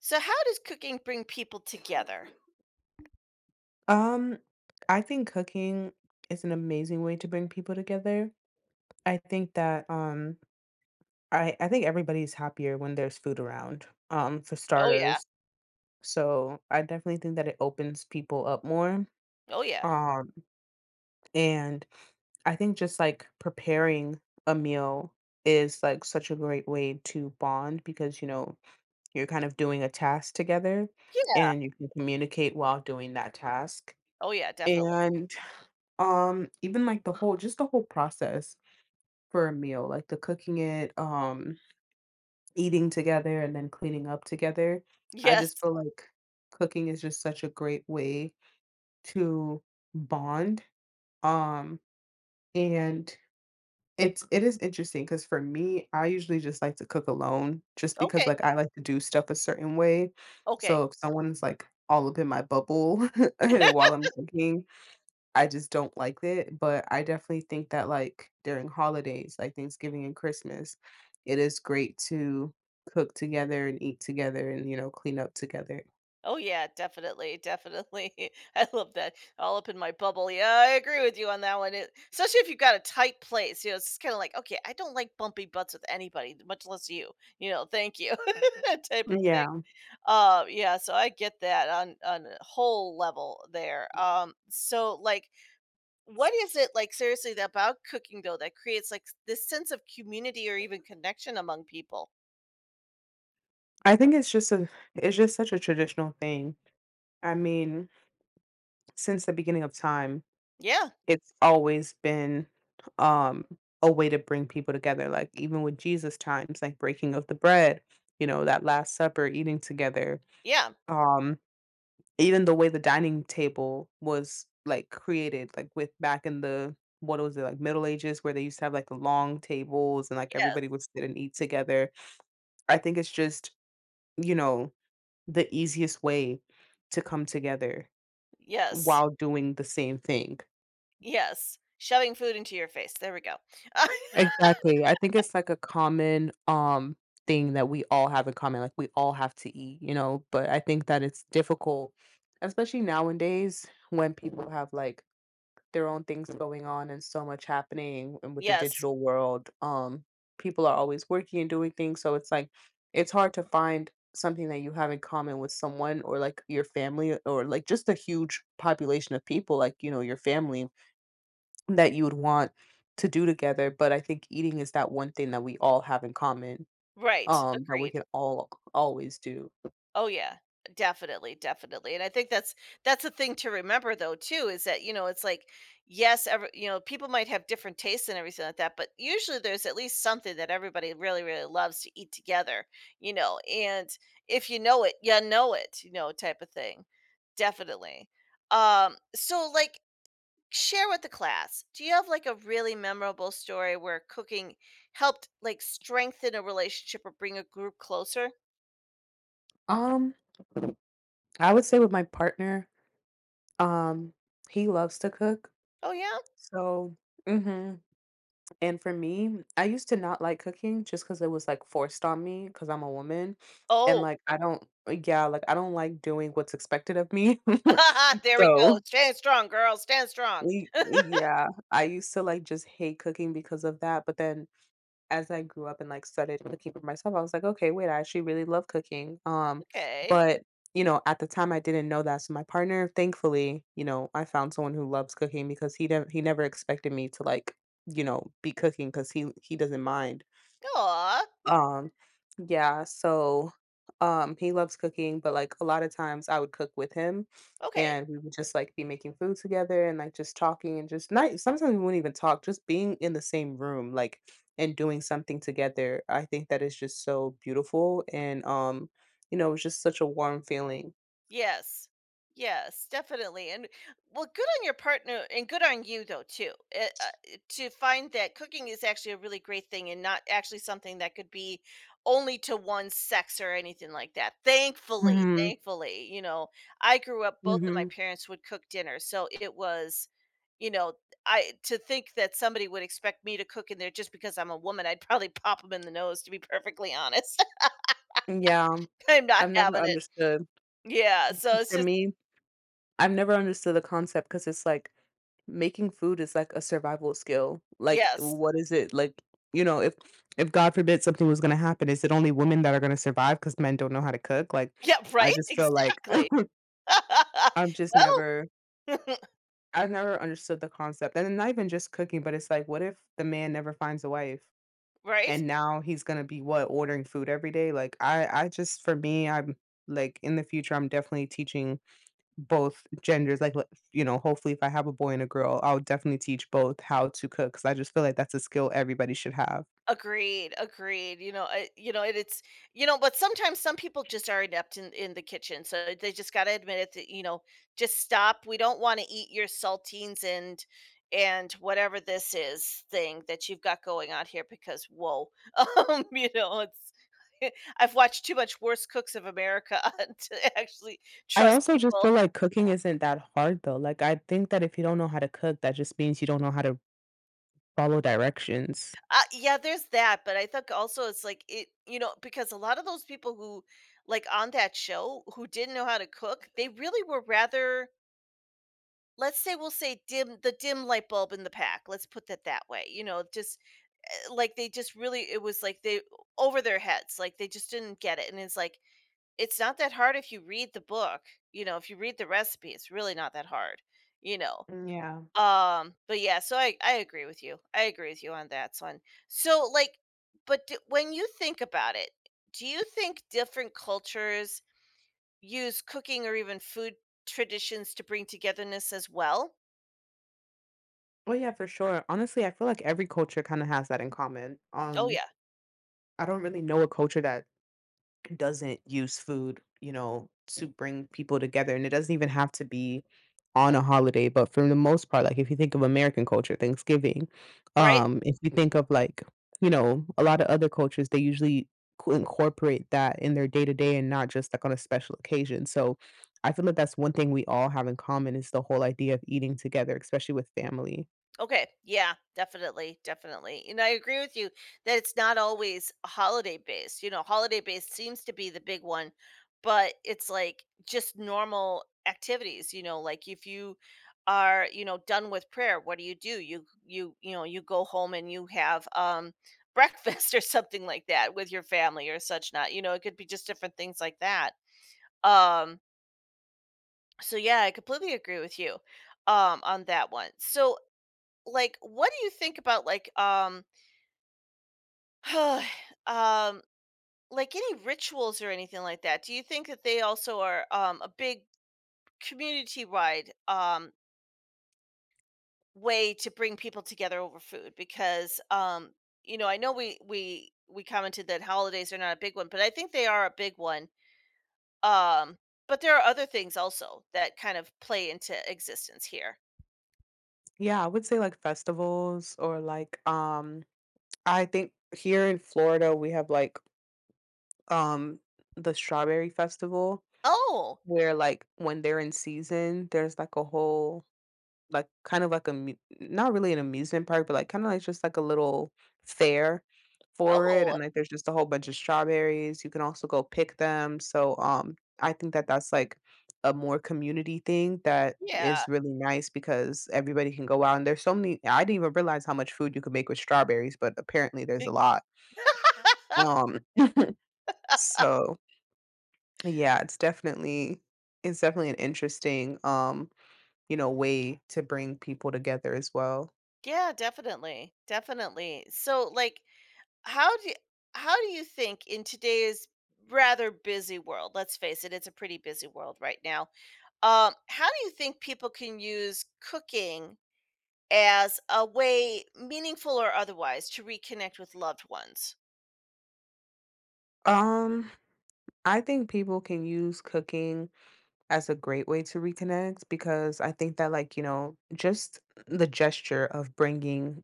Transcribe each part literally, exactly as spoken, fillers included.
So how does cooking bring people together? Um, I think cooking is an amazing way to bring people together. I think that um I I think everybody's happier when there's food around, um, for Oh yeah. starters. So I definitely think that it opens people up more. Oh yeah. Um, and I think just like preparing a meal is like such a great way to bond because you know you're kind of doing a task together Yeah. and you can communicate while doing that task. Oh yeah, definitely. And. Um, even like the whole just the whole process for a meal, like the cooking it, um, eating together and then cleaning up together. I Yes. just feel like cooking is just such a great way to bond. Um, and it's it is interesting because for me, I usually just like to cook alone just because Okay. like I like to do stuff a certain way. Okay. So if someone's like all up in my bubble while I'm cooking, I just don't like it, but I definitely think that, like, during holidays, like Thanksgiving and Christmas, it is great to cook together and eat together and, you know, clean up together. Oh yeah, definitely, definitely. I love that. All up in my bubble. Yeah, I agree with you on that one. It, especially if you've got a tight place, you know, it's kind of like, okay, I don't like bumpy butts with anybody, much less you. You know, thank you, type of thing. Yeah. Um, yeah, so I get that on on a whole level there. Um, so like, What is it, like, seriously, that about cooking though that creates, like, this sense of community or even connection among people? I think it's just a it's just such a traditional thing. I mean, since the beginning of time, Yeah, it's always been um a way to bring people together. Like even with Jesus times, like breaking of the bread, you know, that last supper, eating together. yeah, Um Even the way the dining table was, like, created, like, with back in the what was it, like, Middle Ages where they used to have, like, the long tables and, like, yes, everybody would sit and eat together. I think it's just, you know, the easiest way to come together yes, while doing the same thing. yes. Shoving food into your face, there we go. Exactly. I think it's, like, a common, um, thing that we all have in common, like, we all have to eat, you know, but I think that it's difficult, especially nowadays when people have, like their own things going on and so much happening and with the Yes, digital world um people are always working and doing things, so it's like it's hard to find something that you have in common with someone or like your family or like just a huge population of people, like you know your family, that you would want to do together, but I think eating is that one thing that we all have in common, right, um, that we agreed. can all always do. Oh yeah, definitely, definitely. And I think that's that's a thing to remember though too is that, you know, it's like yes, every, you know, people might have different tastes and everything like that, but usually there's at least something that everybody really really loves to eat together, you know. And if you know it, you know it, you know, type of thing. Definitely. Um so like Share with the class. Do you have like a really memorable story where cooking helped like strengthen a relationship or bring a group closer? Um, I would say with my partner, um, he loves to cook. Oh yeah. So mhm, and for me, I used to not like cooking just because it was, like, forced on me because 'cause I'm a woman, and, Oh, like, I don't yeah, like, I don't like doing what's expected of me. There we So go. Stand strong, girl. Stand strong. Y yeah, I used to, like, just hate cooking because of that, but then as I grew up and, like, started cooking for myself, I was like, "Okay, wait, I actually really love cooking." Um, Okay. But, you know, at the time, I didn't know that, so my partner, thankfully, you know, I found someone who loves cooking because he nev he never expected me to, like, you know, be cooking because he he doesn't mind. Aw. Um, yeah, so, um, he loves cooking, but, like, a lot of times I would cook with him, Okay. and we would just, like, be making food together and, like, just talking and just not sometimes we wouldn't even talk, just being in the same room, like, and doing something together. I think that is just so beautiful and, um, you know, it's just such a warm feeling. Yes. Yes, definitely, and well, good on your partner and good on you, though, too, eh, uh, eh, to find that cooking is actually a really great thing and not actually something that could be only to one sex or anything like that. Thankfully, Mhm, thankfully, you know, I grew up both of my mhm. parents would cook dinner, so it was you know, I to think that somebody would expect me to cook in there just because I'm a woman, I'd probably pop them in the nose, to be perfectly honest. Yeah, I'm not I've never having it. understood Yeah, 'cause so it's for just me, I've never understood the concept because it's like making food is like a survival skill. Like, Yes. what is it? Like, you know, if if God forbid something was gonna happen, is it only women that are gonna survive survive because men don't know how to cook? Like, Yeah, I right? just feel like Exactly. I've just Well, never I've never understood the concept, and not even just cooking, but it's like, what if the man never finds a wife, right? and now he's gonna be what, ordering food every day? Like, I I just for me, I'm like, in the future, I'm definitely teaching both genders, like, l you know, hopefully, if I have a boy and a girl, I'll definitely teach both how to cook because I just feel like that's a skill everybody should have. Agreed, agreed. You know, I you know, and it's you know, but sometimes some people just are inept in in the kitchen, so they just gotta admit it that, you know, just stop. We don't wanna eat your saltines and and whatever this is thing that you've got going on here because whoa. Um, you know, it's I've watched too much Worst Cooks of America to actually I trust also just feel people. like cooking isn't that hard, though, like, I think that if you don't know how to cook, that just means you don't know how to follow directions. Uh, yeah, there's that, but I think also it's like it, you know, because a lot of those people who, like on that show, who didn't know how to cook, they really were rather, let's say, we'll say dim the dim light bulb in the pack. Let's put that that way. You know, just uh, like they just really, it was like they over their heads, like they just didn't get it. And it's like it's not that hard if you read the book. You know, if you read the recipe, it's really not that hard. You know, Mm, yeah. um, but yeah, so I I agree with you. I agree with you on that one. So like, but d when you think about it, do you think different cultures use cooking or even food traditions to bring togetherness as well? Well, yeah, for sure. Honestly, I feel like every culture kinda has that in common. Oh Um, yeah, I don't really know a culture that doesn't use food, you know, to bring people together. And it doesn't even have to be on a holiday, but for the most part, like if you think of American culture, Thanksgiving, right? um, if you think of like, you know, a lot of other cultures, they usually co- incorporate that in their day to day and not just like on a special occasion. So I feel like that's one thing we all have in common is the whole idea of eating together, especially with family. Okay. Yeah, definitely. Definitely. And I agree with you that it's not always holiday based. You know, holiday based seems to be the big one, but it's like just normal activities, you know, like if you are, you know, done with prayer, what do you do? You you you know, you go home and you have um breakfast or something like that with your family or such not. You know, it could be just different things like that. Um so yeah, I completely agree with you um on that one. So like what do you think about like um um like any rituals or anything like that, do you think that they also are um a big community wide um way to bring people together over food? Because um you know, I know we we we commented that holidays are not a big one but I think they are a big one. um but there are other things also that kind of play into existence here. Yeah, I would say, like, festivals or, like, um I think here in Florida, we have, like, um, the Strawberry Festival Oh. where, like, when they're in season, there's, like, a whole like kind of like a mu- not really an amusement park, but like kind of like just like a little fair for it, and Oh like there's just a whole bunch of strawberries. You can also go pick them. So um, I think that that's like a more community thing that yeah. is really nice because everybody can go out and there's so many. I didn't even realize how much food you could make with strawberries, but apparently there's a lot. Um, so yeah, it's definitely it's definitely an interesting um you know way to bring people together as well. Yeah, definitely. Definitely. So like how do how do you think in today's rather busy world, let's face it, it's a pretty busy world right now. Um how do you think people can use cooking as a way meaningful or otherwise to reconnect with loved ones? Um I think people can use cooking as a great way to reconnect because I think that, like, you know, just the gesture of bringing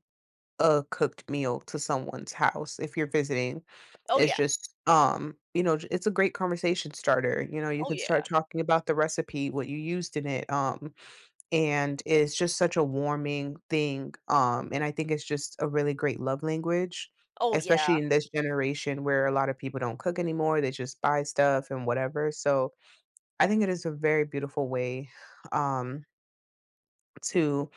a cooked meal to someone's house if you're visiting Oh is yeah. just, um, you know, j- it's a great conversation starter. You know, you Oh can start yeah. talking about the recipe, what you used in it. Um, and it's just such a warming thing, um, and I think it's just a really great love language, Oh yeah. especially in this generation where a lot of people don't cook anymore, they just buy stuff and whatever, so I think it is a very beautiful way, um to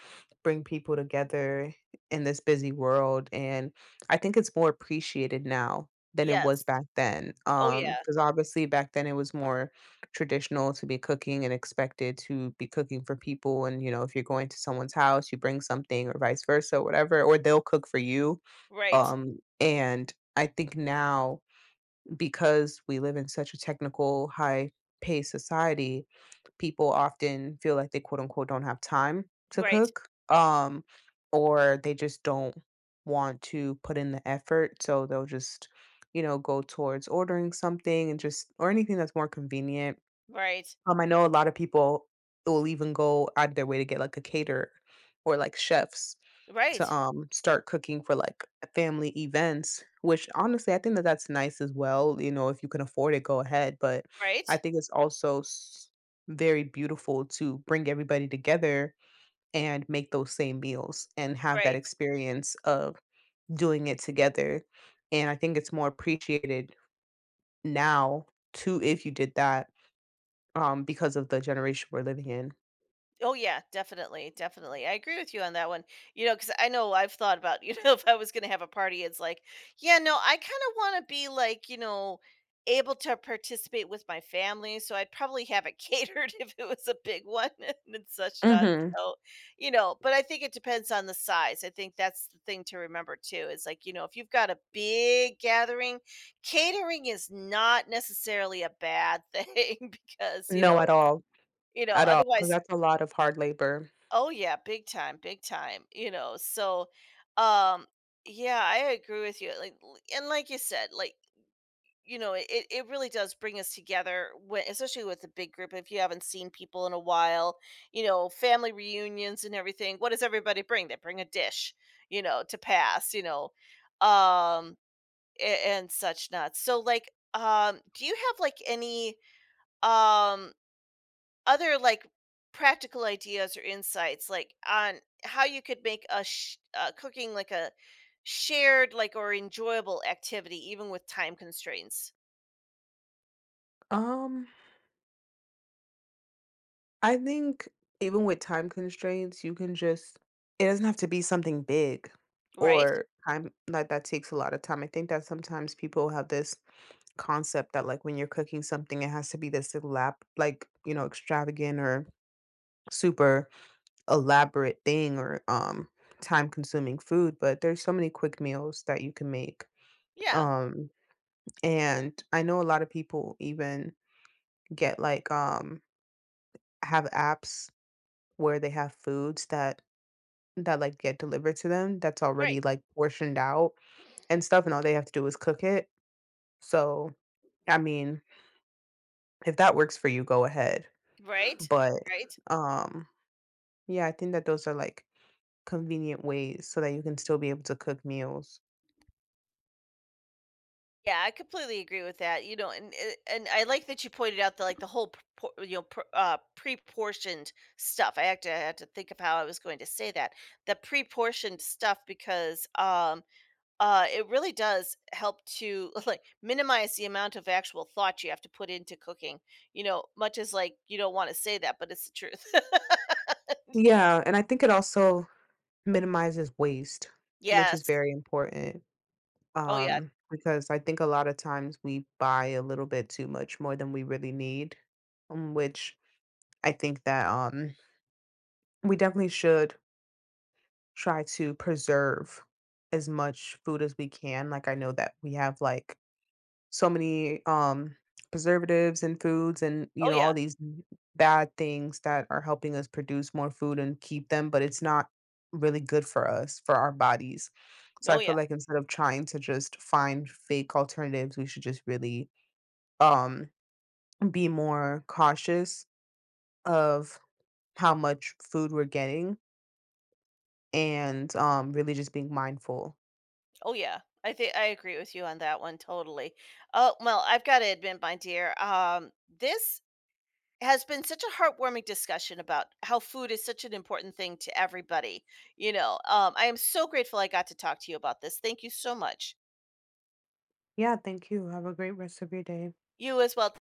bring people together in this busy world, and I think it's more appreciated now than it was Yes. back then, Oh um yeah. because obviously back then it was more traditional to be cooking and expected to be cooking for people, and, you know, if you're going to someone's house, you bring something or vice versa, whatever, or they'll cook for you, Right. um, and I think now because we live in such a technical, high paced society, people often feel like they quote unquote don't have time to Right. cook um, or they just don't want to put in the effort. So they'll just, you know, go towards ordering something and just, or anything that's more convenient. Right. um, I know a lot of people will even go out of their way to get, like, a caterer or, like, chefs to, Right. um, start cooking for, like, family events, which honestly, I think that that's nice as well, you know, if you can afford it, go ahead, but I Right. think it's also s very beautiful to bring everybody together and make those same meals and have that Right. experience of doing it together, and I think it's more appreciated now too if you did that, um, because of the generation we're living in. Oh yeah, definitely, definitely. I agree with you on that one. You know, because I know I've thought about, you know, if I was going to have a party, it's like, yeah, no, I kind of want to be like, you know, able to participate with my family. So I'd probably have it catered if it was a big one and such not. Mhm. So, you know, but I think it depends on the size. I think that's the thing to remember too. Is like, you know, if you've got a big gathering, catering is not necessarily a bad thing because, you No, know, at all, you know at all. Because otherwise that's a lot of hard labor. Oh yeah, big time, big time, you know. So um yeah, I agree with you. Like l- and like you said, like you know, it, it really does bring us together when, especially with a big group. If you haven't seen people in a while, you know, family reunions and everything, what does everybody bring? They bring a dish, you know, to pass, you know, um and, and such not. So like um do you have like any um other like practical ideas or insights like on how you could make a sh- uh, cooking like a shared like or enjoyable activity even with time constraints Um, I think even with time constraints, you can just it doesn't have to be something big right or time like, that takes a lot of time. I think that sometimes people have this concept that like when you're cooking something it has to be this elab like you know extravagant or super elaborate thing or um time consuming food, but there's so many quick meals that you can make, yeah um and I know a lot of people even get like um have apps where they have foods that that like get delivered to them that's right already like portioned out and stuff and all they have to do is cook it, so I mean if that works for you go ahead, right but right um yeah, I think that those are, like, convenient ways so that you can still be able to cook meals. yeah I completely agree with that. You know, and uh, and I like that you pointed out the like the whole pro- you know pr- uh pre-portioned stuff. i had to I had to think of how I was going to say that the pre-portioned stuff because um uh, it really does help to like minimize the amount of actual thought you have to put into cooking. You know, much as like you don't want to say that, but it's the truth. Yeah, and I think it also minimizes waste, which is Yes. very important, Oh yeah. um, because I think a lot of times we buy a little bit too much more than we really need, um, which I think that, um, we definitely should try to preserve as much food as we can, like, I know that we have, like so many um preservatives and foods and you Oh know yeah. all these n- bad things that are helping us produce more food and keep them, but it's not really good for us for our bodies, so I Oh yeah. feel like instead of trying to just find fake alternatives we should just really um be more cautious of how much food we're getting and um really just being mindful. Oh yeah. I think I agree with you on that one totally. Oh well, I've got to admit, my dear, um, this has been such a heartwarming discussion about how food is such an important thing to everybody. You know, um, I am so grateful I got to talk to you about this. Thank you so much. Yeah, thank you, have a great rest of your day. You as well.